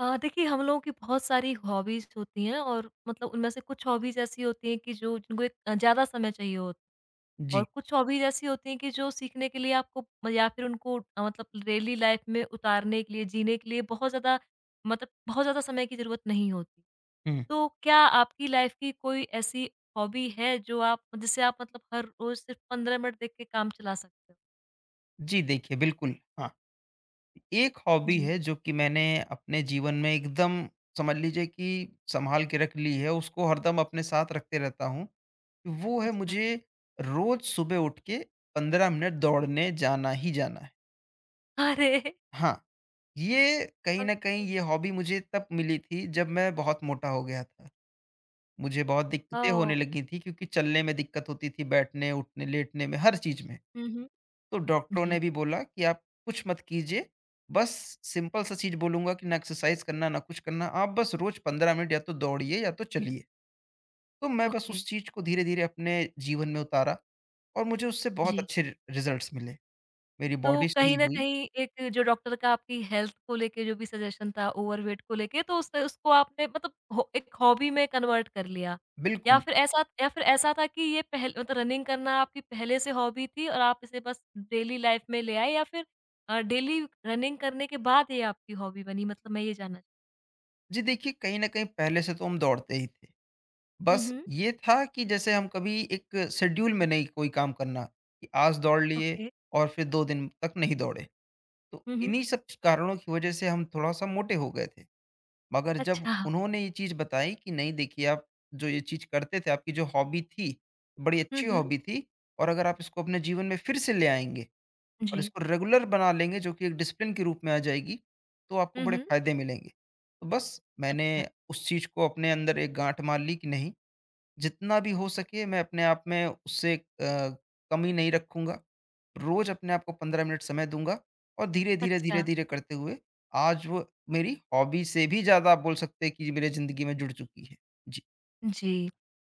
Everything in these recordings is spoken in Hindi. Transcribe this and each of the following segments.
देखिए हम लोगों की बहुत सारी हॉबीज़ होती हैं और मतलब उनमें से कुछ हॉबीज़ ऐसी होती हैं कि जो जिनको एक ज़्यादा समय चाहिए होता है, और जी। कुछ हॉबीज़ ऐसी होती हैं कि जो सीखने के लिए आपको म या फिर उनको मतलब डेली लाइफ में उतारने के लिए, जीने के लिए बहुत ज़्यादा मतलब बहुत ज़्यादा समय की ज़रूरत नहीं होती। हुँ। तो क्या आपकी लाइफ की कोई ऐसी हॉबी है जो आप जिसे आप मतलब हर रोज़ सिर्फ़ 15 मिनट देख के काम चला सकते हो? जी, देखिए बिल्कुल, हाँ। एक हॉबी जी, है जो कि मैंने अपने जीवन में एकदम समझ लीजिए कि सँभाल के रख ली है, उसको हरदम अपने साथ रखते रहता हूँ। वो है अच्छा। मुझे रोज़ सुबह उठ के 15 मिनट दौड़ने जाना ही जाना है। अरे! हाँ, ये कहीं न कहीं ओके, ये हॉबी मुझे तब मिली थी जब मैं बहुत मोटा हो गया था। मुझे बहुत दिक्कतें ओह! होने लगी थी क्योंकि चलने में दिक्कत होती थी, बैठने, उठने, लेटने में, हर चीज़ में। हुँ, हुँ। तो डॉक्टरों ने जी। भी बोला कि आप कुछ मत कीजिए, बस सिंपल सा चीज़ बोलूँगा कि ना एक्सरसाइज़ करना, ना कुछ करना, आप बस रोज़ 15 मिनट या तो दौड़िए या तो चलिए। तो मैं बस ओके। उस चीज़ को धीरे-धीरे अपने जीवन में उतारा और मुझे उससे बहुत जी। अच्छे रि रिज़ल्ट्स मिले। मेरी तो बॉडी सही कहीं न हुई। कहीं एक जो डॉक्टर का आपकी हेल्थ को लेके जो भी सजेशन था ओवरवेट को लेके तो उससे उसको आपने मतलब हो एक हॉबी में कन्वर्ट कर लिया। बिल्कुल। या फिर ऐसा था कि ये पहल मतलब रनिंग करना आपकी पहले से हॉबी थी और आप इसे बस डेली लाइफ़ में ले आए या फिर डेली रनिंग करने के बाद ये आपकी हॉबी बनी? मतलब मैं ये जानना जी देखिए, कहीं न कहीं पहले से तो हम दौड़ते ही थे। हुँ, बस हुँ। ये था कि जैसे हम कभी एक शेड्यूल में नहीं कोई काम करना, कि आज दौड़ लिए ओके। और फिर 2 दिन तक नहीं दौड़े। तो हुँ, हुँ। इन्हीं सब च कारणों की वज़ह से हम थोड़ा-सा मोटे हो गए थे। मगर जब अच्छा। उन्होंने ये चीज़ बताई कि नहीं देखिए आप जो ये चीज़ करते थे, आपकी जो हॉबी थी, बड़ी हुँ, अच्छी हुँ। हॉबी थी और अगर आप इसको अपने जीवन में फिर से ले आएँगे और जी। इसको रेगुलर बना लेंगे जो कि एक डिसिप्लिन के रूप में आ जाएगी, तो आपको हुँ, बड़े हुँ। फ़ायदे मिलेंगे। तो बस मैंने अच्छा, उस चीज़ को अपने अंदर एक गाँठ मार ली कि नहीं, जितना भी हो सके मैं अपने आप में उससे कमी नहीं रखूँगा। रोज़ अपने आप को 15 मिनट समय दूँगा और धीरे-धीरे, अच्छा। धीरे-धीरे करते हुए आज वो मेरी हॉबी से भी ज़्यादा आप बोल सकते हैं कि मेरे ज़िंदगी में जुड़ चुकी है। जी। जी।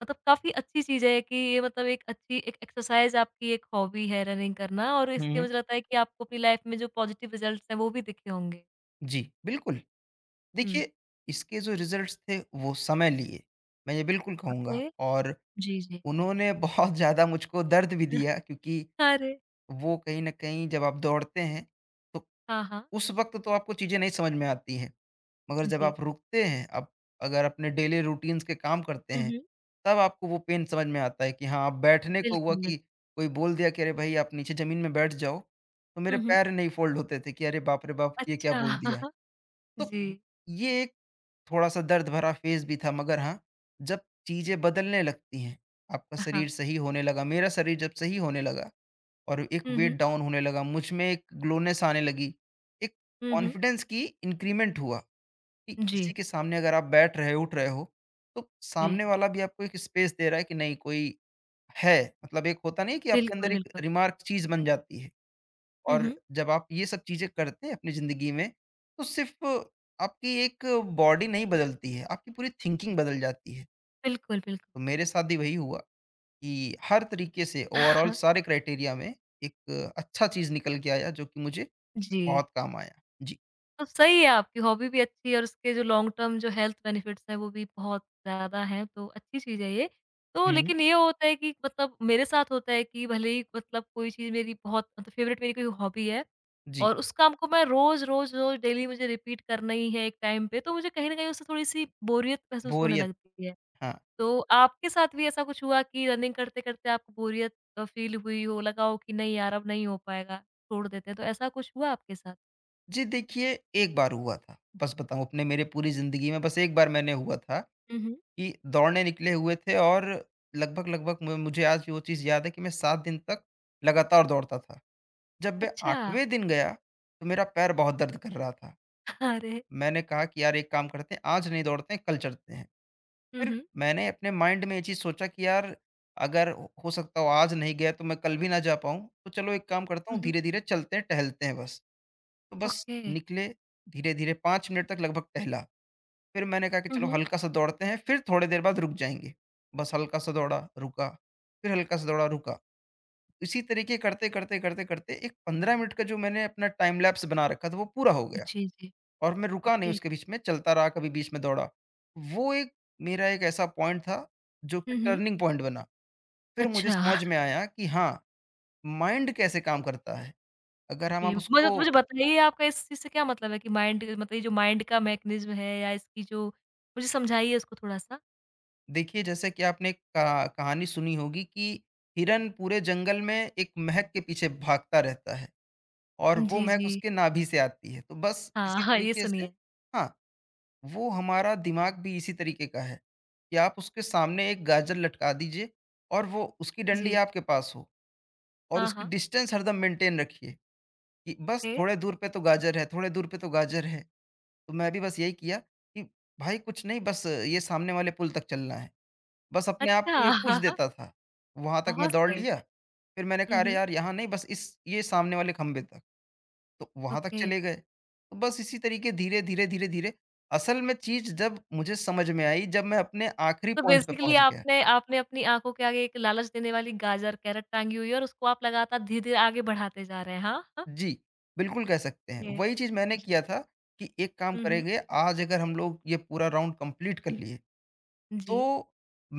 मतलब काफ़ी अच्छी चीज़ है कि ये मतलब एक अच्छी एक एक्सरसाइज़ आपकी एक हॉबी है रनिंग करना और हुँ, इसके हुँ। मुझे लगता है कि आपको अपनी लाइफ़ में जो पॉज़िटिव रिज़ल्ट्स हैं, वो भी दिखे होंगे। जी, बिल्कुल। हुँ। देखिए, इसके जो रिज़ल्ट्स थे वो समय लिए, मैं ये बिल्कुल कहूँगा। ओके। और जी, जी। उन्होंने बहुत ज़्यादा मुझको दर्द भी दिया क्योंकि अरे! वो कहीं न कहीं जब आप दौड़ते हैं, तो हाँ, हाँ। उस वक़्त तो आपको चीज़ें नहीं समझ में आती हैं। मगर जब जी। आप रुकते हैं, आप अगर अपने डेली रूटीन्स के काम करते हुँ, हैं, हुँ। तब आपको वो पेन समझ में आता है कि हाँ, अब बैठने को हुआ बिल्कुल। कि कोई बोल दिया कि, "अरे भई, आप नीचे ज़मीन में बैठ जाओ।" तो मेरे हुँ, हुँ। पैर नहीं फ़ोल्ड होते थे कि अरे बाप रे बाप! ये क्या अच्छा। बोल दिया। तो जी। ये एक थोड़ा-सा दर्द भरा फ़ेज़ भी था, मगर हाँ, जब चीज़ें बदलने लगती हैं, आपका शरीर हाँ। सही होने लगा, मेरा शरीर जब सही होने लगा और एक हुँ, वेट हुँ। डाउन होने लगा, मुझ में एक ग्लोनेस आने लगी, एक हुँ, हुँ। कॉन्फिडेंस की इंक्रीमेंट हुआ। कि किसी जी, के सामने अगर आप बैठ रहे हो, उठ रहे हो, तो जी। सामने वाला भी आपको एक स्पेस दे रहा है कि नहीं कोई है। मतलब एक होता नहीं है कि आपके अंदर बिल्कुल, एक बिल्कुल। रिमार्क चीज़ बन जाती है। हुँ, और हुँ। जब आप ये सब चीज़ें करते हैं अपनी ज़िंदगी में, तो सिर्फ़ आपकी एक बॉडी नहीं बदलती है, आपकी पूरी थिंकिंग बदल जाती है। बिल्कुल, बिल्कुल। तो मेरे साथ भी वही हुआ कि हर तरीके से ओवरॉल सारे क्राइटेरिया में एक अच्छा चीज़ निकल के आया जो कि मुझे जी। बहुत काम आया। जी। तो सही है आपकी हॉबी भी अच्छी है और उसके जो लॉन्ग टर्म जो हेल्थ बेनिफिट्स हैं वो भी बहुत ज़्यादा हैं, तो अच्छी चीज़ है ये। तो हुँ। लेकिन ये होता है कि मतलब मेरे साथ होता है कि भले ही मतलब कोई चीज़ मेरी बहुत मतलब फ़ेवरेट मेरी कोई हॉबी है जी, और उस काम को मैं रोज़, रोज़, रोज़ डेली मुझे रिपीट करना ही है एक टाइम पे, तो मुझे कहीं न कहीं उससे थोड़ी-सी बोरियत महसूस होने बोरियत। लगती है। हाँ। तो आपके साथ भी ऐसा कुछ हुआ कि रनिंग करते-करते आपको बोरियत फ़ील हुई हो, लगा हो कि नहीं यार अब नहीं हो पाएगा, छोड़ देते हैं, तो ऐसा कुछ हुआ आपके साथ? जी देखिए, एक बार हुआ था। बस बताऊँ, अपने मेरे पूरी ज़िंदगी में बस एक बार मैंने हुआ था हुँ, हुँ। कि दौड़ने निकले हुए थे और लगभग-लगभग म मुझे आज भी वो चीज़ याद है कि मैं 7 दिन तक लगातार दौड़ता था। जब मैं अच्छा। 8वें दिन गया, तो मेरा पैर बहुत दर्द कर रहा था। अरे! मैंने कहा कि यार एक काम करते हैं, आज नहीं दौड़ते हैं, कल चलते हैं। हुँ, फिर हुँ। मैंने अपने माइंड में ये चीज़ सोचा कि यार अगर हो सकता हो आज नहीं गया तो मैं कल भी ना जा पाऊँ, तो चलो एक काम करता हुँ, हूँ, हुँ। धीरे-धीरे चलते हैं, टहलते हैं बस। तो बस ओके। निकले, धीरे-धीरे 5 मिनट तक लगभग टहला। फिर मैंने कहा कि हुँ, चलो हुँ। हल्का-सा दौड़ते हैं, फिर थोड़ी देर बाद रुक जाएँगे। बस हल्का-सा दौड़ा, रुका, फिर हल्का-सा दौड़ा, रुका। इसी तरीके करते, करते, करते, करते एक 15 मिनट का जो मैंने अपना टाइम लैप्स बना रखा था वो पूरा हो गया। जी, जी। और मैं रुका नहीं ओके। उसके बीच में, चलता रहा, कभी बीच में दौड़ा। वो एक मेरा एक ऐसा पॉइंट था, जो कि हुँ, हुँ। टर्निंग पॉइंट बना। फिर मुझे अच्छा। समझ में आया कि हाँ, माइंड कैसे काम करता है। अगर हम जी, आप मतलब तो उसको मुझे बताइए आपका इस चीज़ से क्या मतलब है कि माइंड मतलब ये जो माइंड का मैकेनिज़्म है या इसकी जो मुझे समझाइए उसको थोड़ा-सा? देखिए, जैसे कि आपने एक कहानी सुनी होगी कि हिरन पूरे जंगल में एक महक के पीछे भागता रहता है और वो जी, महक जी। उसके नाभि से आती है। तो बस हाँ, इसी हाँ, ये तरीके से सुनिए। हाँ, वो हमारा दिमाग भी इसी तरीके का है कि आप उसके सामने एक गाजर लटका दीजिए और वो उसकी जी। डंडी आपके पास हो और हाँ, उसकी हाँ। डिस्टेंस हरदम मेंटेन रखिए कि बस ओके। थोड़े दूर पे तो गाजर है, थोड़े दूर पे तो गाजर है। तो मैं भी बस यही किया कि भाई कुछ नहीं, बस ये सामने वाले पुल तक चलना है, बस अपने आप अच्छा। को ये पुश हाँ, हाँ, देता था, वहां तक मैं बहुत दौड़ सही। लिया। फिर मैंने हुँ, कहा अरे हुँ। यार यहाँ नहीं, बस इस ये सामने वाले खंबे तक। तो वहाँ तक ओके। चले गए। तो बस इसी तरीके धीरे-धीरे, धीरे-धीरे असल में चीज़ जब मुझे समझ में आई, जब मैं अपने आखिरी तो पॉइंट पे बेसिकली पहुँच गया। आपने आपने अपनी आँखों के आगे एक लालच देने वाली गाजर, कैरट टाँगी हुई है और उसको आप लगातार धीरे-धीरे आगे बढ़ाते जा रहे हैं। हाँ? हाँ। जी, बिल्कुल कह सकते हैं। ये। वही चीज़ मैंने जी। किया था कि एक काम हुँ, हुँ। करेंगे, आज अगर हम लोग ये पूरा राउंड कंप्लीट कर लिए, जी। तो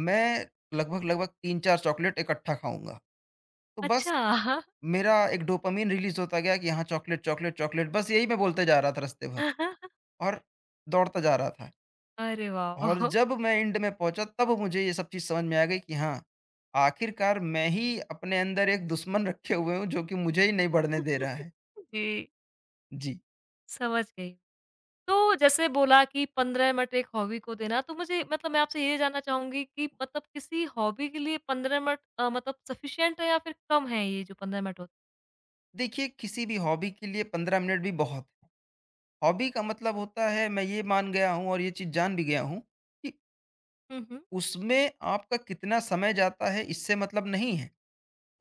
मैं लगभग-लगभग 3-4 चॉकलेट इकट्ठा खाऊँगा। तो बस अच्छा! मेरा एक डोपामाइन रिलीज़ होता गया कि हाँ, चॉकलेट, चॉकलेट, चॉकलेट बस यही मैं बोलते जा रहा था रास्ते भर और दौड़ता जा रहा था। अरे और वाह! जब मैं एंड में पहुँचा तब मुझे ये सब चीज़ समझ में आ गई कि हाँ, आखिरकार मैं ही अपने अंदर एक दुश्मन रखे हुए हूँ जो कि मुझे ही नहीं बढ़ने दे रहा है। जी, जी। समझ गई। तो जैसे बोला कि 15 मिनट एक हॉबी को देना, तो मुझे मतलब मैं आपसे ये जानना चाहूँगी कि मतलब किसी हॉबी के लिए 15 मिनट मतलब सफिशिएंट है या फिर कम है ये जो 15 मिनट होते देखिए, किसी भी हॉबी के लिए 15 मिनट भी बहुत है। हॉबी का मतलब होता है मैं ये मान गया हूँ और ये चीज़ जान भी गया हूँ कि हुँ, हुँ। उसमें आपका कितना समय जाता है इससे मतलब नहीं है।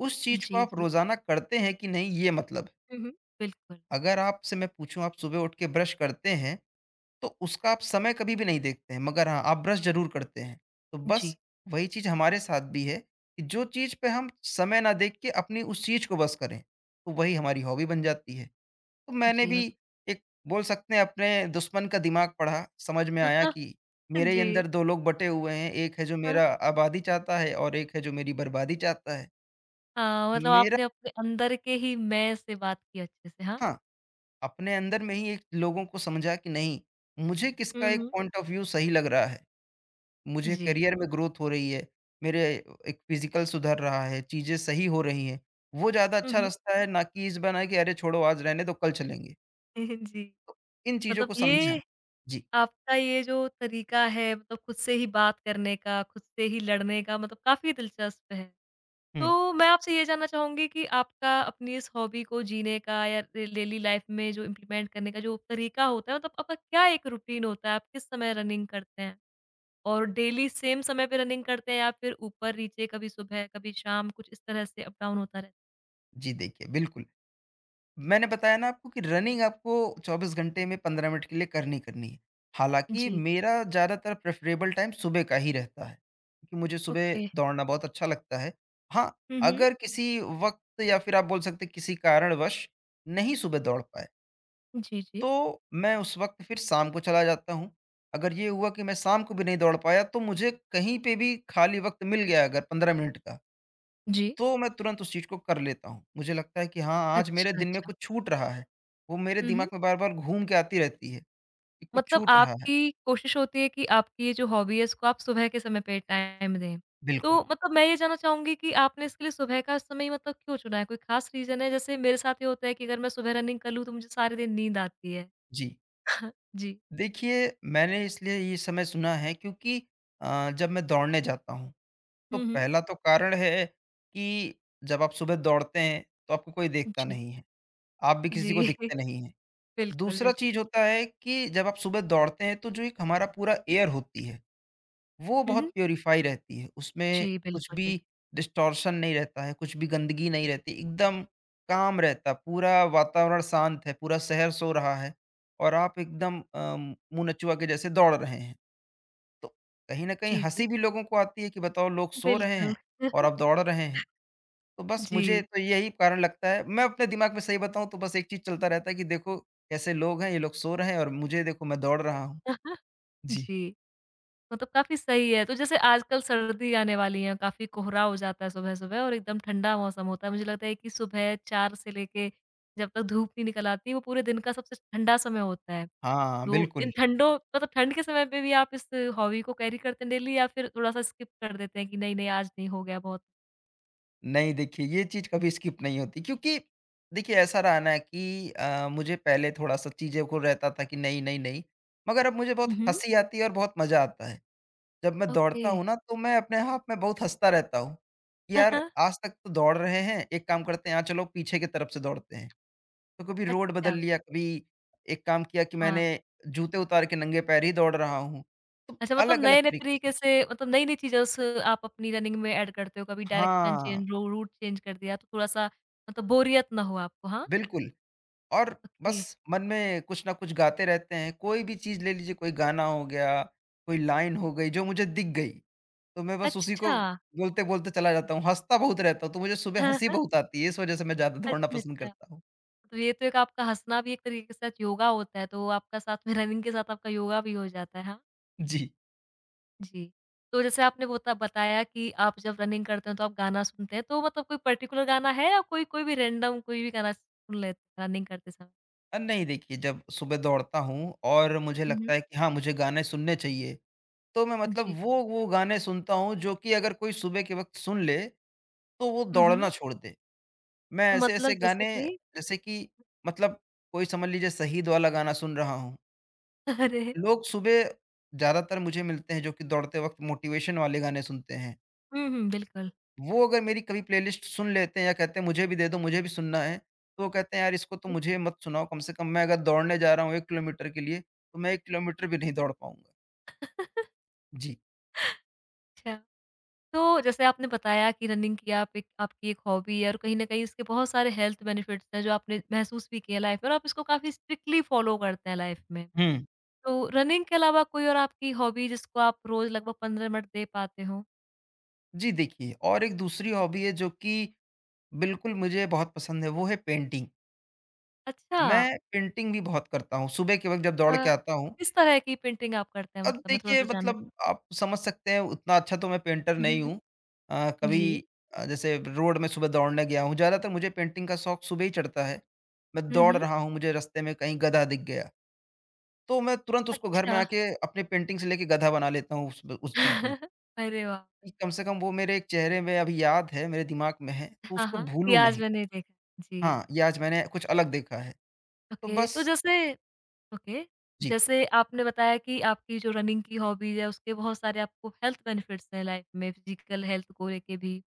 उस चीज़ को जी, आप जी। रोज़ाना करते हैं कि नहीं, ये मतलब है। हुँ, हुँ। बिल्कुल। अगर आपसे मैं पूछूँ आप सुबह उठ के ब्रश करते हैं? तो उसका आप समय कभी भी नहीं देखते हैं, मगर हाँ, आप ब्रश ज़रूर करते हैं। तो बस जी। वही चीज़ हमारे साथ भी है कि जो चीज़ पे हम समय ना देख के अपनी उस चीज़ को बस करें, तो वही हमारी हॉबी बन जाती है। तो मैंने जी, भी मतलब एक बोल सकते हैं अपने दुश्मन का दिमाग पढ़ा, समझ में आया कि मेरे ही जी। अंदर 2 लोग बँटे हुए हैं, एक है जो हाँ, मेरा आबादी चाहता है और एक है जो मेरी बर्बादी चाहता है। हाँ, मतलब मेरा, आपने अपने अंदर के ही मैं से बात की अच्छे से, हाँ? हाँ, अपने अंदर में ही एक लोगों को समझा कि नहीं, मुझे किसका हुँ, एक हुँ। पॉइंट ऑफ व्यू सही लग रहा है। मुझे जी। करियर में ग्रोथ हो रही है, मेरे एक फिज़िकल सुधर रहा है, चीज़ें सही हो रही हैं, वो ज़्यादा हुँ, अच्छा हुँ। रास्ता है, ना कि इस बहाने कि अरे छोड़ो आज रहने दो कल चलेंगे। जी। तो इन चीज़ों मतलब को समझा। ये जी। आपका ये जो तरीका है मतलब खुद से ही बात करने का, खुद से ही लड़ने का मतलब काफ़ी दिलचस्प है। हुँ। तो मैं आपसे ये जानना चाहूँगी कि आपका अपनी इस हॉबी को जीने का या डे डेली लाइफ़ में जो इम्प्लीमेंट करने का जो तरीका होता है मतलब आपका क्या एक रूटीन होता है? आप किस समय रनिंग करते हैं? और डेली सेम समय पे रनिंग करते हैं या फिर ऊपर-नीचे कभी सुबह, कभी शाम कुछ इस तरह से अप-डाउन होता रहता जी देखिए, बिल्कुल। मैंने बताया ना आपको कि रनिंग आपको 24 घंटे में 15 मिनट के लिए करनी करनी है। है? हालाँकि जी। मेरा ज़्यादातर प्रेफ़रेबल टाइम सुबह का ही रहता है, क्योंकि मुझे सुबह ओके। दौड़ना बहुत अच्छा लगता है। हाँ, हुँ, हुँ। अगर किसी वक़्त या फिर आप बोल सकते हैं किसी कारणवश नहीं सुबह दौड़ पाए जी, जी। तो मैं उस वक़्त फिर शाम को चला जाता हूँ। अगर ये हुआ कि मैं शाम को भी नहीं दौड़ पाया तो मुझे कहीं पे भी खाली वक़्त मिल गया अगर 15 मिनट का, जी। तो मैं तुरंत उस चीज़ को कर लेता हूँ। मुझे लगता है कि हाँ, आज मेरे अच्छा, दिन में अच्छा। कुछ छूट रहा है। वो मेरे हुँ, हुँ। दिमाग में बार-बार घूम के आती रहती है कि कुछ मतलब छूट रहा है। आपकी कोशिश होती है कि आपकी ये जो हॉबी है इसको आप सुबह के समय पे टाइम दें। तो बिल्कुल, मतलब मैं ये जानना चाहूँगी कि आपने इसके लिए सुबह का समय ही मतलब क्यों चुना है? कोई ख़ास रीज़न है? जैसे मेरे साथ ये होता है कि अगर मैं सुबह रनिंग कर लूँ तो मुझे सारे दिन नींद आती है। जी। जी। देखिए, मैंने इसलिए ये समय चुना है क्योंकि जब मैं दौड़ने जाता हूँ तो हुँ, हुँ। पहला तो कारण है कि जब आप सुबह दौड़ते हैं तो आपको कोई देखता जी। नहीं है। आप भी जी। किसी को दिखते नहीं हैं। बिल्कुल, दूसरा चीज़ बिल्कुल। होता है कि जब आप सुबह दौड़ते हैं तो जो एक हमारा पूरा एयर होती है, वो हुँ, बहुत हुँ। प्यूरिफ़ाई रहती है। उसमें जी, कुछ बिल्कुल, भी बिल्कुल। डिस्टॉर्शन नहीं रहता है, कुछ भी गंदगी नहीं रहती, एकदम काम रहता है, पूरा वातावरण शांत है, पूरा शहर सो रहा है और आप एकदम मुँह नचुआ के जैसे दौड़ रहे हैं। तो कहीं न कहीं जी, जी। हँसी भी लोगों को आती है कि बताओ लोग सो रहे बिल्कुल। हैं और आप दौड़ रहे हैं। तो बस मुझे जी। तो यही कारण लगता है। मैं अपने दिमाग में सही बताऊँ तो बस एक चीज़ चलता रहता है कि देखो कैसे लोग हैं, ये लोग सो रहे हैं और मुझे देखो मैं दौड़ रहा हूँ। जी। जी। मतलब काफ़ी सही है। तो जैसे आजकल सर्दी आने वाली है, काफ़ी कोहरा हो जाता है सुबह-सुबह और एकदम ठंडा मौसम होता है। मुझे लगता है कि सुबह 4 से लेके जब तक धूप नहीं निकल आती, वो पूरे दिन का सबसे ठंडा समय होता है। हाँ, तो बिल्कुल। इन ठंडों मतलब ठंड के समय पे भी आप इस हॉबी को कैरी करते हैं डेली या फिर थोड़ा-सा स्किप कर देते हैं कि नहीं-नहीं आज नहीं हो गया बहुत? नहीं देखिए, ये चीज़ कभी स्किप नहीं होती, क्योंकि देखिए ऐसा रहा ना कि मुझे पहले थोड़ा-सा चीज़ों को रहता था कि नहीं, नहीं, नहीं। मगर अब मुझे बहुत हुँ, हुँ। हँसी आती है और बहुत मज़ा आता है। जब मैं ओके। दौड़ता हूँ ना तो मैं अपने आप में बहुत हँसता रहता हूँ। कि यार आज तक तो दौड़ रहे हैं, एक काम करते हैं, हाँ, चलो पीछे की तरफ से दौड़ते हैं। तो कभी रोड बदल अच्छा, लिया, कभी एक काम किया कि मैंने हाँ। जूते उतार के नंगे पैर ही दौड़ रहा हूँ। तो अच्छा, मतलब अलग-अलग नए-नए तरीकों तरीके से से मतलब नई-नई चीज़ें उस आप अपनी रनिंग में ऐड करते हो, कभी डायरेक्शन हाँ, चेंज रो रूट चेंज कर दिया, तो थोड़ा-सा मतलब बोरियत ना हो आपको, हाँ? बिल्कुल। और बस ओके, मन में कुछ ना कुछ गाते रहते हैं। कोई भी चीज़ ले लीजिए, कोई गाना हो गया, कोई लाइन हो गई जो मुझे दिख गई, तो मैं बस उसी को अच्छा। बोलते-बोलते चला जाता हूँ। हँसता बहुत रहता हूँ, तो मुझे सुबह हाँ, हँसी हाँ। बहुत आती है, इस वज़ह से मैं ज़्यादा दौड़ना अच्छा, पसंद अच्छा। करता हूँ। तो ये तो एक आपका हँसना भी एक तरीके से साथ योगा होता है, तो आपका साथ में रनिंग के साथ आपका योगा भी हो जाता है, हाँ? जी। जी। तो जैसे आपने बोता बताया कि आप जब रनिंग करते हो तो आप गाना सुनते हैं, तो मतलब कोई पर्टिकुलर गाना है या कोई कोई भी रैंडम कोई भी गाना सुन लेते रनिंग करते समय? नहीं देखिए जब सुबह दौड़ता हूँ और मुझे हुँ, लगता हुँ। है कि हाँ, मुझे गाने सुनने चाहिए। तो मैं मतलब जी। वो गाने सुनता हूँ जो कि अगर कोई सुबह के वक़्त सुन ले, तो वो हुँ, हुँ। दौड़ना छोड़ दे। मैं ऐसे-ऐसे मतलब जैसे गाने कि? जैसे कि मतलब कोई समझ लीजिए शहीद वाला गाना सुन रहा हूँ। अरे! लोग सुबह ज़्यादातर मुझे मिलते हैं जो कि दौड़ते वक़्त मोटिवेशन वाले गाने सुनते हैं। हुँ, हुँ, बिल्कुल। वो अगर मेरी कभी प्लेलिस्ट सुन लेते हैं या कहते हैं मुझे भी दे दो, मुझे भी सुनना है, तो वो कहते हैं यार इसको तो मुझे मत सुनाओ। कम से कम मैं अगर दौड़ने जा रहा हूँ 1 किलोमीटर के लिए, तो मैं 1 किलोमीटर भी नहीं दौड़ पाऊँगा। जी। अच्छा, तो जैसे आपने बताया कि रनिंग की आप एक आपकी एक हॉबी है और कहीं न कहीं इसके बहुत सारे हेल्थ बेनिफिट्स हैं जो आपने महसूस भी किए लाइफ़ में और आप इसको काफ़ी स्ट्रिक्टली फॉलो करते हैं लाइफ़ में। हुँ। तो रनिंग के अलावा कोई और आपकी हॉबी जिसको आप रोज़ लगभग 15 मिनट दे पाते हो? जी देखिए और एक दूसरी हॉबी है जो कि बिल्कुल, मुझे बहुत पसंद है, वो है पेंटिंग। अच्छा मैं पेंटिंग भी बहुत करता हूँ, सुबह के वक़्त जब अ, दौड़ के आता हूँ। किस तरह की पेंटिंग आप करते हैं अब मतलब मैं देखिए थोड़ा-सा जानना मतलब आप समझ सकते हैं उतना अच्छा तो मैं पेंटर हुँ, नहीं हुँ। हूँ। कभी जी। जैसे रोड में सुबह दौड़ने गया हूँ, ज़्यादातर मुझे पेंटिंग का शौक सुबह ही चढ़ता है। मैं हुँ, दौड़ हुँ। रहा हूँ, मुझे रास्ते में कहीं गधा दिख गया, तो मैं तुरंत उसको घर अच्छा। में आके अपनी पेंटिंग से लेके गधा बना लेता हूँ उस चीज़ में, अरे वाह! कि कम से कम वो मेरे एक चेहरे में अभी याद है, मेरे दिमाग में है, तो हाँ, उसको हाँ, ये भूलूँ आज नहीं। मैंने देखा। जी। हाँ, ये आज मैंने कुछ अलग देखा है, तो ओके, तो बस जैसे ओके। जी। जैसे आपने बताया कि आपकी जो रनिंग की हॉबीज़ है, उसके बहुत सारे आपको हेल्थ बेनिफिट्स हैं लाइफ में, फिज़िकल हेल्थ को लेके भी।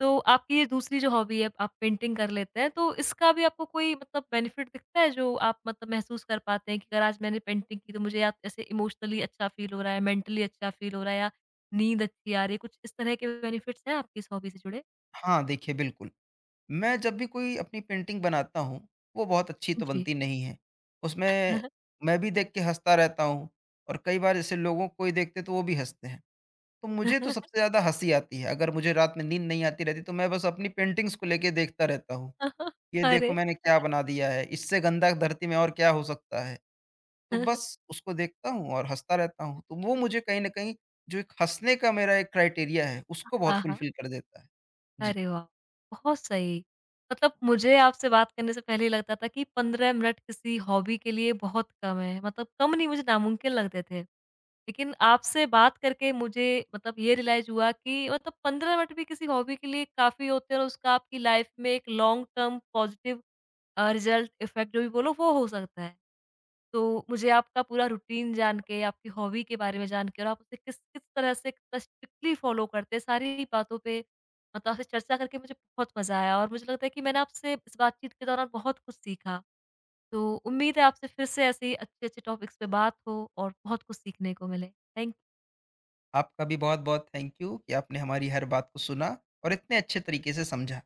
तो आपकी ये दूसरी जो हॉबी है, आप पेंटिंग कर लेते हैं, तो इसका भी आपको कोई मतलब बेनिफिट दिखता है, जो आप मतलब महसूस कर पाते हैं कि अगर आज मैंने पेंटिंग की, तो मुझे या ऐसे इमोशनली अच्छा फ़ील हो रहा है, मेंटली अच्छा फ़ील हो रहा है या नींद अच्छी आ रही है? कुछ इस तरह के बेनिफिट्स हैं आपकी इस हॉबी से जुड़े? हाँ, देखिए बिल्कुल, मैं जब भी कोई अपनी पेंटिंग बनाता हूँ, वो बहुत अच्छी तो जी। बनती नहीं है। उसमें मैं भी देख के हँसता रहता हूँ और कई बार जैसे लोगों को ही देखते तो वो भी हँसते हैं। तो मुझे तो सबसे ज़्यादा हँसी आती है, अगर मुझे रात में नींद नहीं आती रहती तो मैं बस अपनी पेंटिंग्स को लेके देखता रहता हूँ। ये देखो अरे! मैंने क्या बना दिया है, इससे गंदा धरती में और क्या हो सकता है? तो बस उसको देखता हूँ और हँसता रहता हूँ। तो वो मुझे कहीं न कहीं जो एक हँसने का मेरा एक क्राइटेरिया है, उसको बहुत हाँ, हाँ। फुलफ़िल कर देता है। जी। अरे वाह! बहुत सही। मतलब मुझे आपसे बात करने से पहले ही लगता था कि 15 मिनट किसी हॉबी के लिए बहुत कम है, मतलब कम नहीं मुझे नामुमकिन लगते थे। लेकिन आपसे बात करके मुझे मतलब ये रियलाइज़ हुआ कि मतलब 15 मिनट भी किसी हॉबी के लिए काफ़ी होते हैं और उसका आपकी लाइफ़ में एक long term positive result effect जो भी बोलो वो हो सकता है। तो मुझे आपका पूरा रूटीन जान के, आपकी हॉबी के बारे में जान के और आप उसे किस किस तरह से कितना स्ट्रिक्टली फ़ॉलो करते हैं, सारी बातों पे मतलब आपसे चर्चा करके मुझे बहुत मज़ा आया और मुझे लगता है कि मैंने आपसे इस बातचीत के दौरान बहुत कुछ सीखा। तो उम्मीद है आपसे फिर से ऐसे ही अच्छे-अच्छे टॉपिक्स पे बात हो और बहुत कुछ सीखने को मिले। Thank you. आपका भी बहुत-बहुत थैंक यू कि आपने हमारी हर बात को सुना और इतने अच्छे तरीके से समझा।